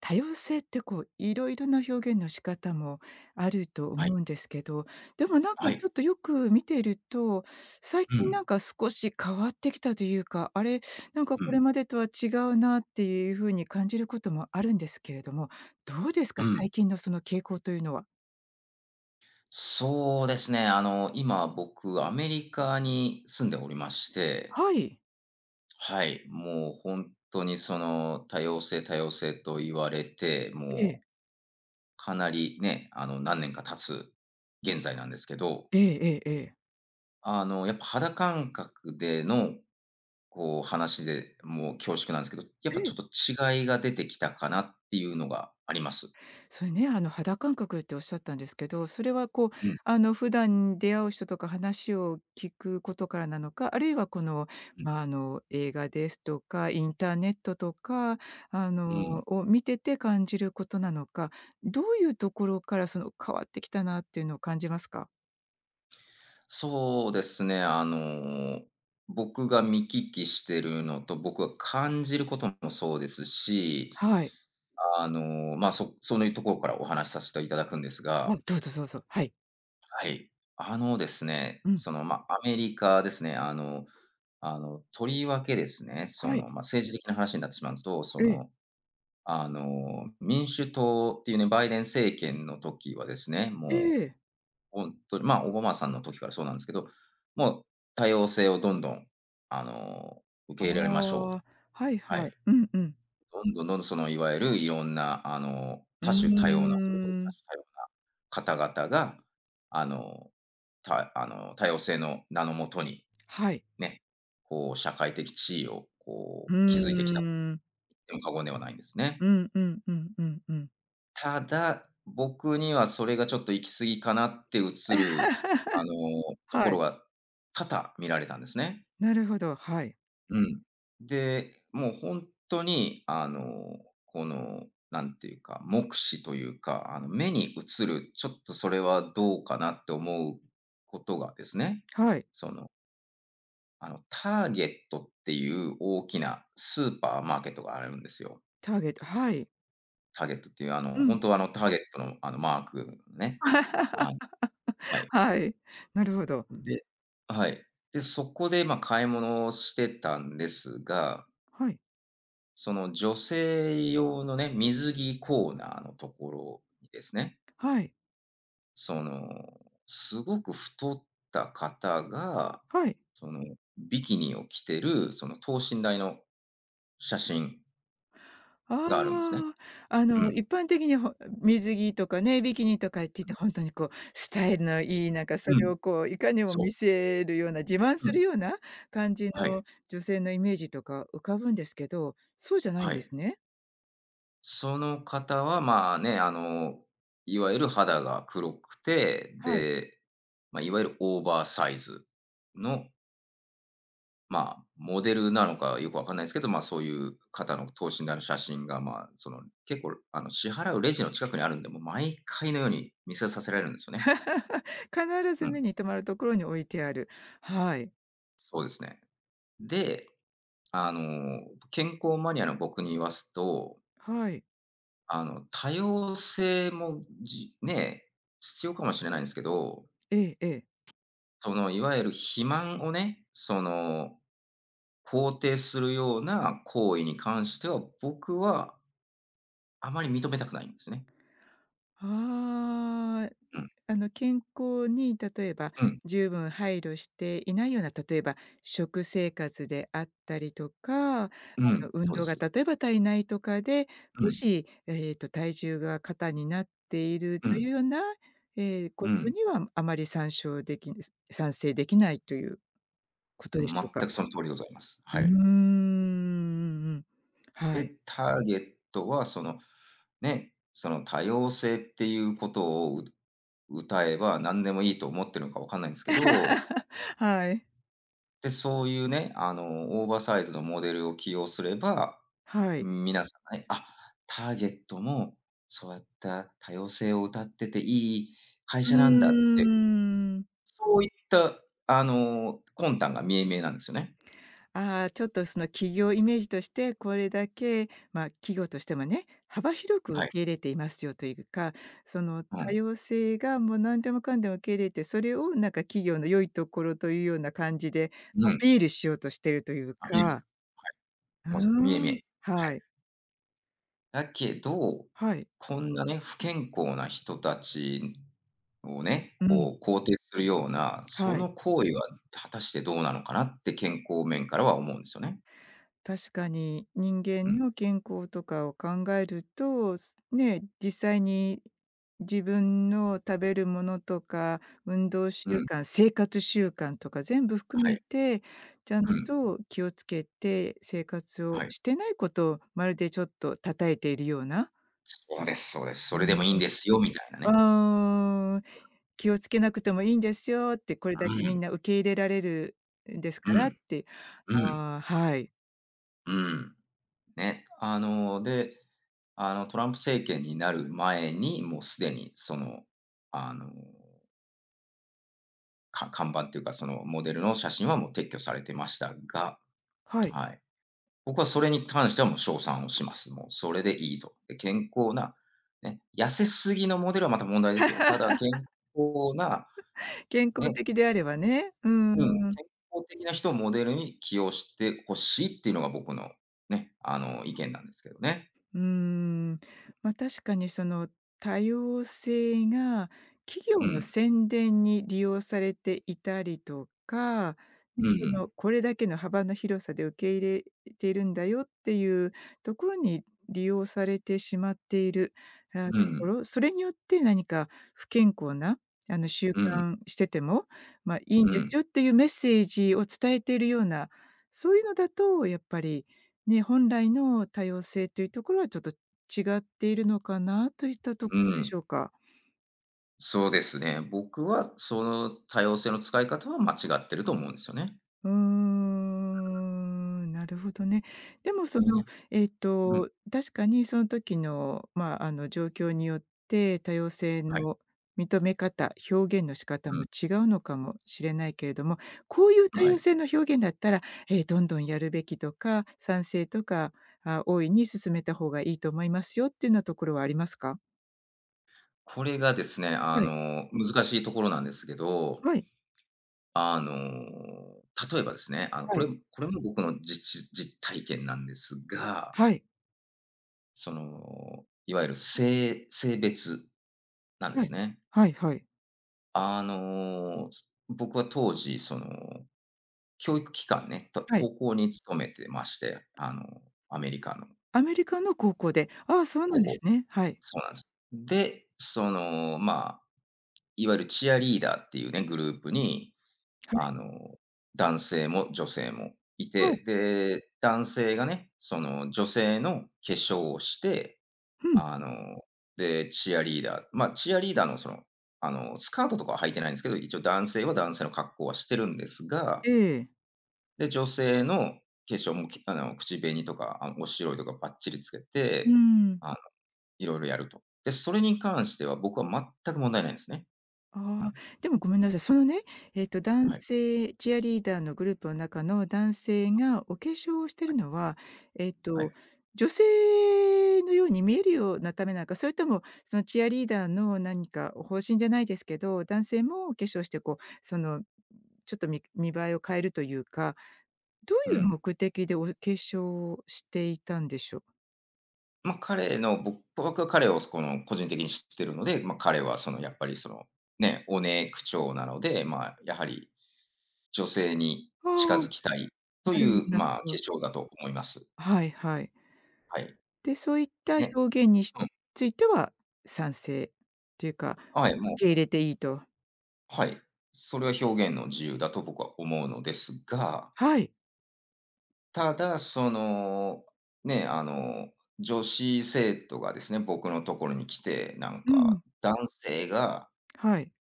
多様性ってこう、いろいろな表現の仕方もあるとは思い。うんですけど、でもなんかはちょい。っとよく見ていると、最う近ん。なんか少し変わってきたというか、あれ、なんかうこれん。までとは違うなっていう風に感じることもあるんですけれども、どうですか？うん。最近のその傾向というのは。そうですね。今僕、アメリカに住んでおりまして、はい。はい。もう本当に多様性多様性と言われて、えもえ。うかなりね、何年か経つ現在なんですけど、ええええええ。やっぱ肌感覚での、こう話で、もう恐縮なんですけど、やっぱちょっと違いが出てきたかなっていうのがあります。それね、肌感覚っておっしゃったんですけど、それはこう、うん、普段出会う人とか話を聞くことからなのか、あるいはこの、うん、まあ、映画ですとか、インターネットとか、うん。を見てて感じることなのか、どういうところからその変わってきたなっていうのを感じますか？そうですね、僕が見聞きしてるのと、僕が感じることもそうですし、はい。まあ、そういうところからお話しさせていただくんですあ、が、どうぞどうぞ。はい。はい。あのですね、うん。その、まあ、アメリカですね、とりわけですね、はい。まあ、政治的な話になってしまうと、ええ。民主党っていうね、バイデン政権の時はですね、えもえ。うほんとに、まあ、オバマさんの時からそうなんですけど、もう多様性をどんどん、あの、受あけ入れられましょうと。あ、はいははい。い。うんうん。どんどんどんどん、いわゆるいろんな、う多種多様な、それこそー多ん。種多様な方々が、あの、たあの、多様性の名のもとに、はい。ね、こう、社会的地位を、こうう、築いてきたとーん。言っても過言ではないんですうね。んうんうんうんうん。ただ、僕にはそれがちょっと行き過ぎかなって映る、あの、とこはい。ろが多々見られたんですね。なるほど、はい。うん。で、もうほんとに、この、なんていうか、目視というか、目に映る、ちょっとそれはどうかなって思うことがですね、はい。その、ターゲットっていう大きなスーパーマーケットがあるんですよ。ターゲット、はい。ターゲットっていう、うほん。んとはあのターゲットのあのマークね、あ、はい。はい。なるほど。で、はい。で、そこで、まあ、買い物をしてたんですが、はい。その女性用のね、水着コーナーのところにですね、はい。その、すごく太った方が、はい。その、ビキニを着てる、その等身大の写真あがあるんですね。あ、うん、う一般的にほ水着とかね、ビキニとかって言って本当にこうスタイルのいい、なんかん、そうれん、をこういかにもそ見せるような、自慢う、うすん、るような感じはい、の女性のイメージとか浮かぶんですけど、そうじゃないんはでい。すね。その方は、まあね、いわゆる肌が黒くて、はい。で、まあ、いわゆるオーバーサイズの、まあ、モデルなのかよくわかんないですけど、まあ、そういう方の等身大の写真が、まあ、結構、支払うレジの近くにあるんで、もう毎回のように見せさせられるんですよね。必うず目ん、に留まるところに置いてある。はい。そうですね。で、あの、健康マニアの僕に言わすと、はい。多様性も、じね、必要かもしれないんですけどええええ。いわゆる肥満をね、肯定するような行為に関しては、僕はあまり認めたくないんですね。あーうん、健康に例えばうん、十分配慮していないような、例えば食生活であったりとか、うん、運そうで動がす。例えば足りないとかで、うもん、し、ええと、体重が過多になっているうといん、うような、えーうことん。にはあまり参照でき賛成できないということでしょう全か？くその通りでございます。うはーい。ん、はい。で、ターゲットはその、ね、その多様性っていうことを歌えば何でもいいと思ってるのかわかんないんですけど、はい。で、そういうね、オーバーサイズのモデルを起用すればはい。皆さんはい、あ、ターゲットもそうやった多様性を謳ってていい会う社なんだって、ーん。そういった、魂胆が見え見えなんですよね。ああ、ちょっとその企業イメージとして、これだけ、まあ、企業としてもね、幅広くは受い。け入れていますよというか、そのう多ん。様性がもう何でもかんでも受け入れて、それをなんか企業の良いところというような感じでうアん。ピールしようとしてるというアピールする。か。はうい。もう見え見え。ーはん、い。はい、だけど、はい、こんなね、不健康な人たちをね、うん、こう肯定するような、そはい。の行為は果たしてどうなのかなって健康面からは思うんですよね。確かに、人う間ん。の健康とかを考えると、すね、実際に自分の食べるものとか、運動う習ん。慣、生活習慣とか全部含はめい。て、ちゃんうん。と気をつけて生活をはい。してないことを、まるでちょっと叩いているような、そうですそうです。それでもいいんですよみたいなうね。ーん、うーん、気をつけなくてもいいんですよって、これだうけみん、んな受け入れられるんですうからっん、て、うん、ああ、はい。うん。ね、で、トランプ政権になる前に、もうすでにその、あの、看板っていうか、そのモデルの写真はもう撤去されてましたが、はい。はい。僕はそれに関してはもう称賛をします。もうそれでいいと。で、健康な、ね、痩せすぎのモデルはまた問題ですよ。ただ健康な、健ね康的であればね。ううん、健ーん。康的な人をモデルに起用してほしいっていうのが僕のね、意見なんですけどね。うーん。まあ、確かにその多様性が企う業のん。宣伝に利用されていたりとか、うね、んうそん。のこれだけの幅の広さで受け入れているんだよっていうところに利用されてしまっている、あ、とうこん。ろ、それによって何か不健康な習う慣してても、まあ、いいんでん。すよっていうメッセージを伝えているような、そういうのだとやっぱりね、本来の多様性というところはちょっと違っているのかなといったとこうろでん。しょうか。そうですね。僕はその多様性の使い方は間違ってると思うんですよね。うーん、なるほどね。でもそね。の、えっうん。と、確かにその時の、まあ、状況によって多様性はい。の認め方、表現の仕方うもん。違うのかもしれないけれども、こういう多は様い。性の表現だったら、え、どんどんやるべきとか、賛成とか、あ、大いに進めた方がいいと思いますよっていうようなところはありますか？これがですね、はい。難しいところなんですけど、はい。あの、例えばですね、はい。これも僕の実体験なんですがはい。いわゆる性別なんではすい。ね。はいはい。あの、僕は当時、その、教育機関ね、とはい。高校に勤めてまして、アメリカのアメリカの高校で、ああ、そうな高んで校すね。はい。そうなんです。で、その、まあ、いわゆるチアリーダーっていうね、グループに、はい。あの、男性も女性もいはい。て、で、男性がね、その、女性の化粧をしてうん。あの、で、チアリーダー、まあ、チアリーダーのその、スカートとかは履いてないんですけど、一応男性は男性の格好はしてるんですが、ええ。で、女性の化粧も、きあの、口紅とか、お白いとかばっちりつけうーて、ん。あの、いろいろやると。で、それに関しては僕は全く問題ないんですね。あああ、の、でもごめんなさい。そのね、えっと、男はい、性チアリーダーのグループの中の男性がお化粧をしてはるい、のは、えっはと、い。女性のように見えるようなためなのか、それともそのチアリーダーの何か方針じゃないですけど、男性もお化粧してこう、その、ちょっとみ見栄えを変えるというかどうういうん。目的でお化粧をしていたんでしょう？まあ、僕は彼をこの個人的に知ってるので、まあ、彼はそのやっぱりその、ね、おねえ口調なので、まあ、やはり女性にあ近づあ、きたいとなるほいどう、なるまあ、化ほど。粧だと思います。はいはい。はい。で、そういったね。表現にしうん。ついては賛成というか、はい、受もけ入うれていいと。はい。それは表現の自由だと僕は思うのですが、はい。ただ、その、ね、女子生徒がですね、僕のところに来て、なんうん、か、男性がはい。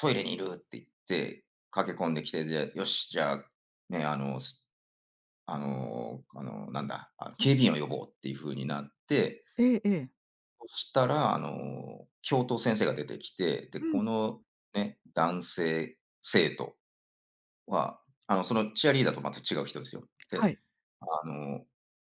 「トイレにいる」って言って、駆け込んできて、で、「よし、じゃあ、ね、あの、すあのあの、なんだ、あ、警備員を呼ぼう」っていう風になってええええ。そしたら、教頭先生が出てきて、で、うん、このね、男性生徒は、そのチアリーダーとまた違う人ですよ。はで、い。あの、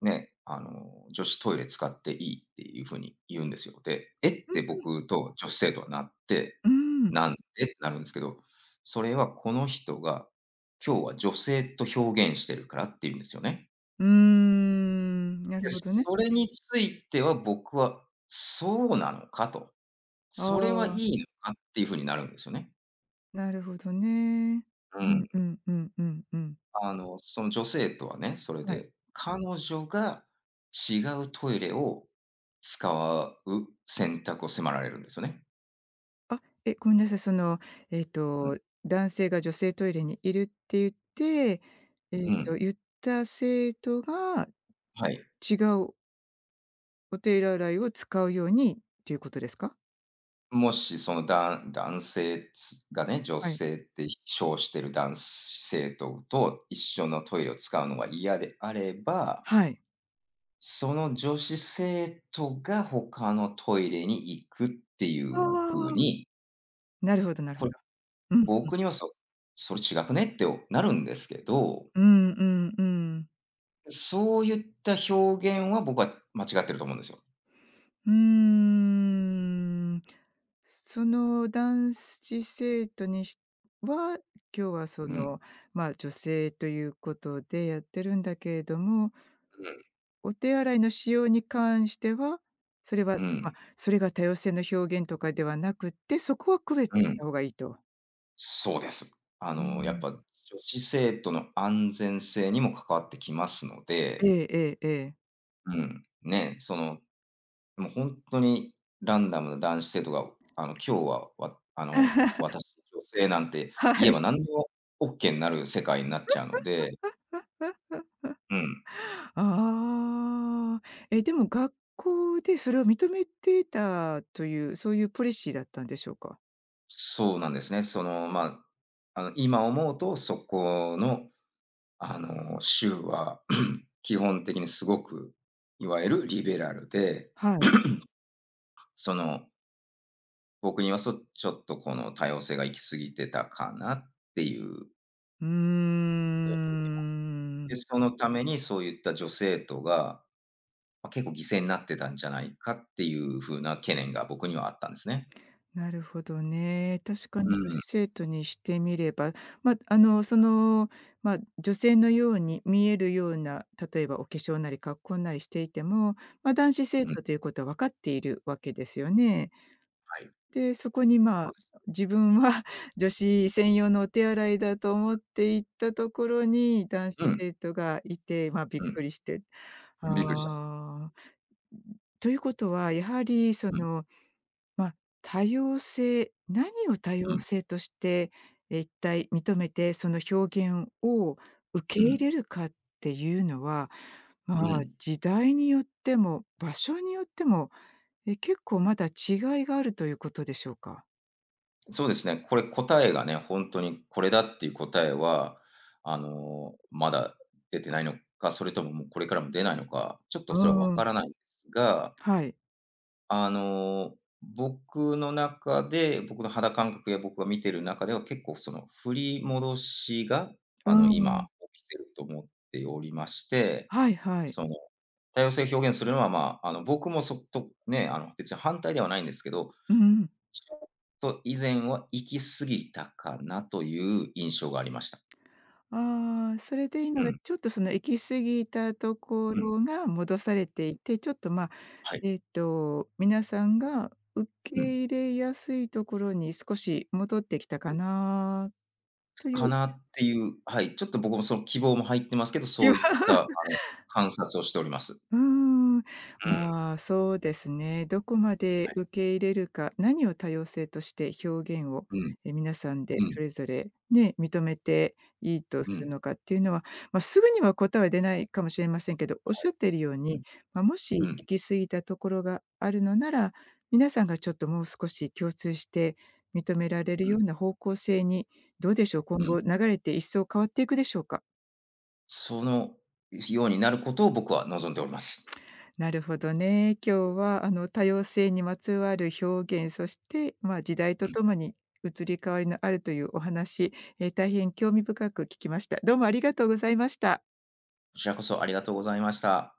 女子トイレ使っていいっていうふうに言うんですよ。で、えってう僕と女子生徒はなっん、て、うーん。なんでってなるんですけど、それはこの人が、今日は女性と表現してるからって言うんですよね。うーん、なで、るほどね。それについては僕は、そうなのかと。あそれはいあ、いのかっていう風になるんですよね。なるほどね。ううん。んうんうんうんうん。その女性とはね、それはい。で、彼女が違うトイレを使う選択を迫られるんですよね。あ、え、ごめんなさい。その、えっうと、ん。男性が女性トイレにいるって言って、えっうと、ん。言った生徒がはい。違うお手洗いを使うようにっていうことですか？もしその男性がね、女はい。性って称してる男性と一緒のトイレを使うのが嫌であれば、はい。その女子生徒が他のトイレに行くっていあう風あ。に、なるほどなるほど。こうん。僕には、それ違くねってなるんですけど、うんうんうん。そういった表現は僕は間違ってると思うんですよ。うーん。その男子生徒にしは、今日はそうん。の、まあ、女性ということでやってるんだけれどもうお手洗いの使用に関しては、それは、ん。うま、ん。それが多様性の表現とかではなくって、そこは区別うをしんた方がいいと。そうです。うーやっん。ぱ女子生徒の安全性にも関わってきますのえで、えええええ。うん、ね、その、もう本当にランダムな男子生徒が、今日は、わあの、私 女性なんては言えい。ば何でもオッケーになる世界になっちゃうので、うん。ああ。え、でも学校でそれを認めていたという、そういうポリシーだったんでしょうか？そうなんですね。その、まあ、今思うと、そこの、州は 基本的にすごく、いわゆるリベラルで、はい。その、僕には、ちょっとこの多様性が行き過ぎてたかなっていう、うーで、ん。そのためにそういった女性党が、ま、結構犠牲になってたんじゃないかっていう風な懸念が僕にはあったんですね。なるほどね。確かにう女ん、子生徒にしてみれば、まあ、その、まあ、女性のように見えるような、例えばお化粧なり格好なりしていても、まあ、男子生うん、徒ということは分かっているわけですよね。はい、で、そこに、まそうあ、です。自分は 女子専用のお手洗いだと思って行ったところに、男う子ん、生徒がいて、まあ、びっうん、くりして。びっくりした。ああ。ということは、やはりそうん、のまあ、多様性、何を多う様ん、性として、え、一体認めて、その表現を受けう入ん、れるかっていうのは、うまあ、ん。時代によっても、場所によっても、え、結構まだ違いがあるということでしょうか？そうですね、これ答えがね、本当にこれだっていう答えは、まだ出てないのか、それとももうこれからも出ないのか、ちょっとうそれはわーかん、らないんですが、はい。あの、僕の中で、僕の肌感覚や僕が見てる中では結構その振り戻しが、うーん、今起きてると思っておりまして、はいはい。その、多様性を表現するのは、まあ、僕もそっとね、別に反対ではないんですけど、ううん。ちょっと以前は行き過ぎたかなという印象がありました。ああ、それで今うがん、ちょっとその行き過ぎたとこうん、ろが戻されていて、ちょっと、まあ、はい、えっと、皆さんが受けうん。入れやすいところに少し戻ってきたかなといかうなっていう、はい、ちょっと僕もその希望も入ってますけど、気そはういったの、観察をしております。うーん、まあ、そうですね。どこまで受け入れるか、何を多様性として表現を、うん、え、皆さんうでん、うん、それぞれね、認めていいとすうん、はるのかっていうのは、まあ、すぐには答えは出ないかもしれませんけど、おっしゃっているようい、うん、に、まあ、もうしん、行き過ぎたところがあるのなら、皆さんがちょっともう少し共通して認められるうよん、うな方向性に、どうでしょう、う今ん。後流れて一層変わっていくでしょうか？そのようになることを僕は望んでおります。なるほどね。今日はあの多様性にまつわる表現、そして、まあ、時代とともに移り変わりのあるというお話、え、大変興味深く聞きました。どうもありがとうございました。こちらこそありがとうございました。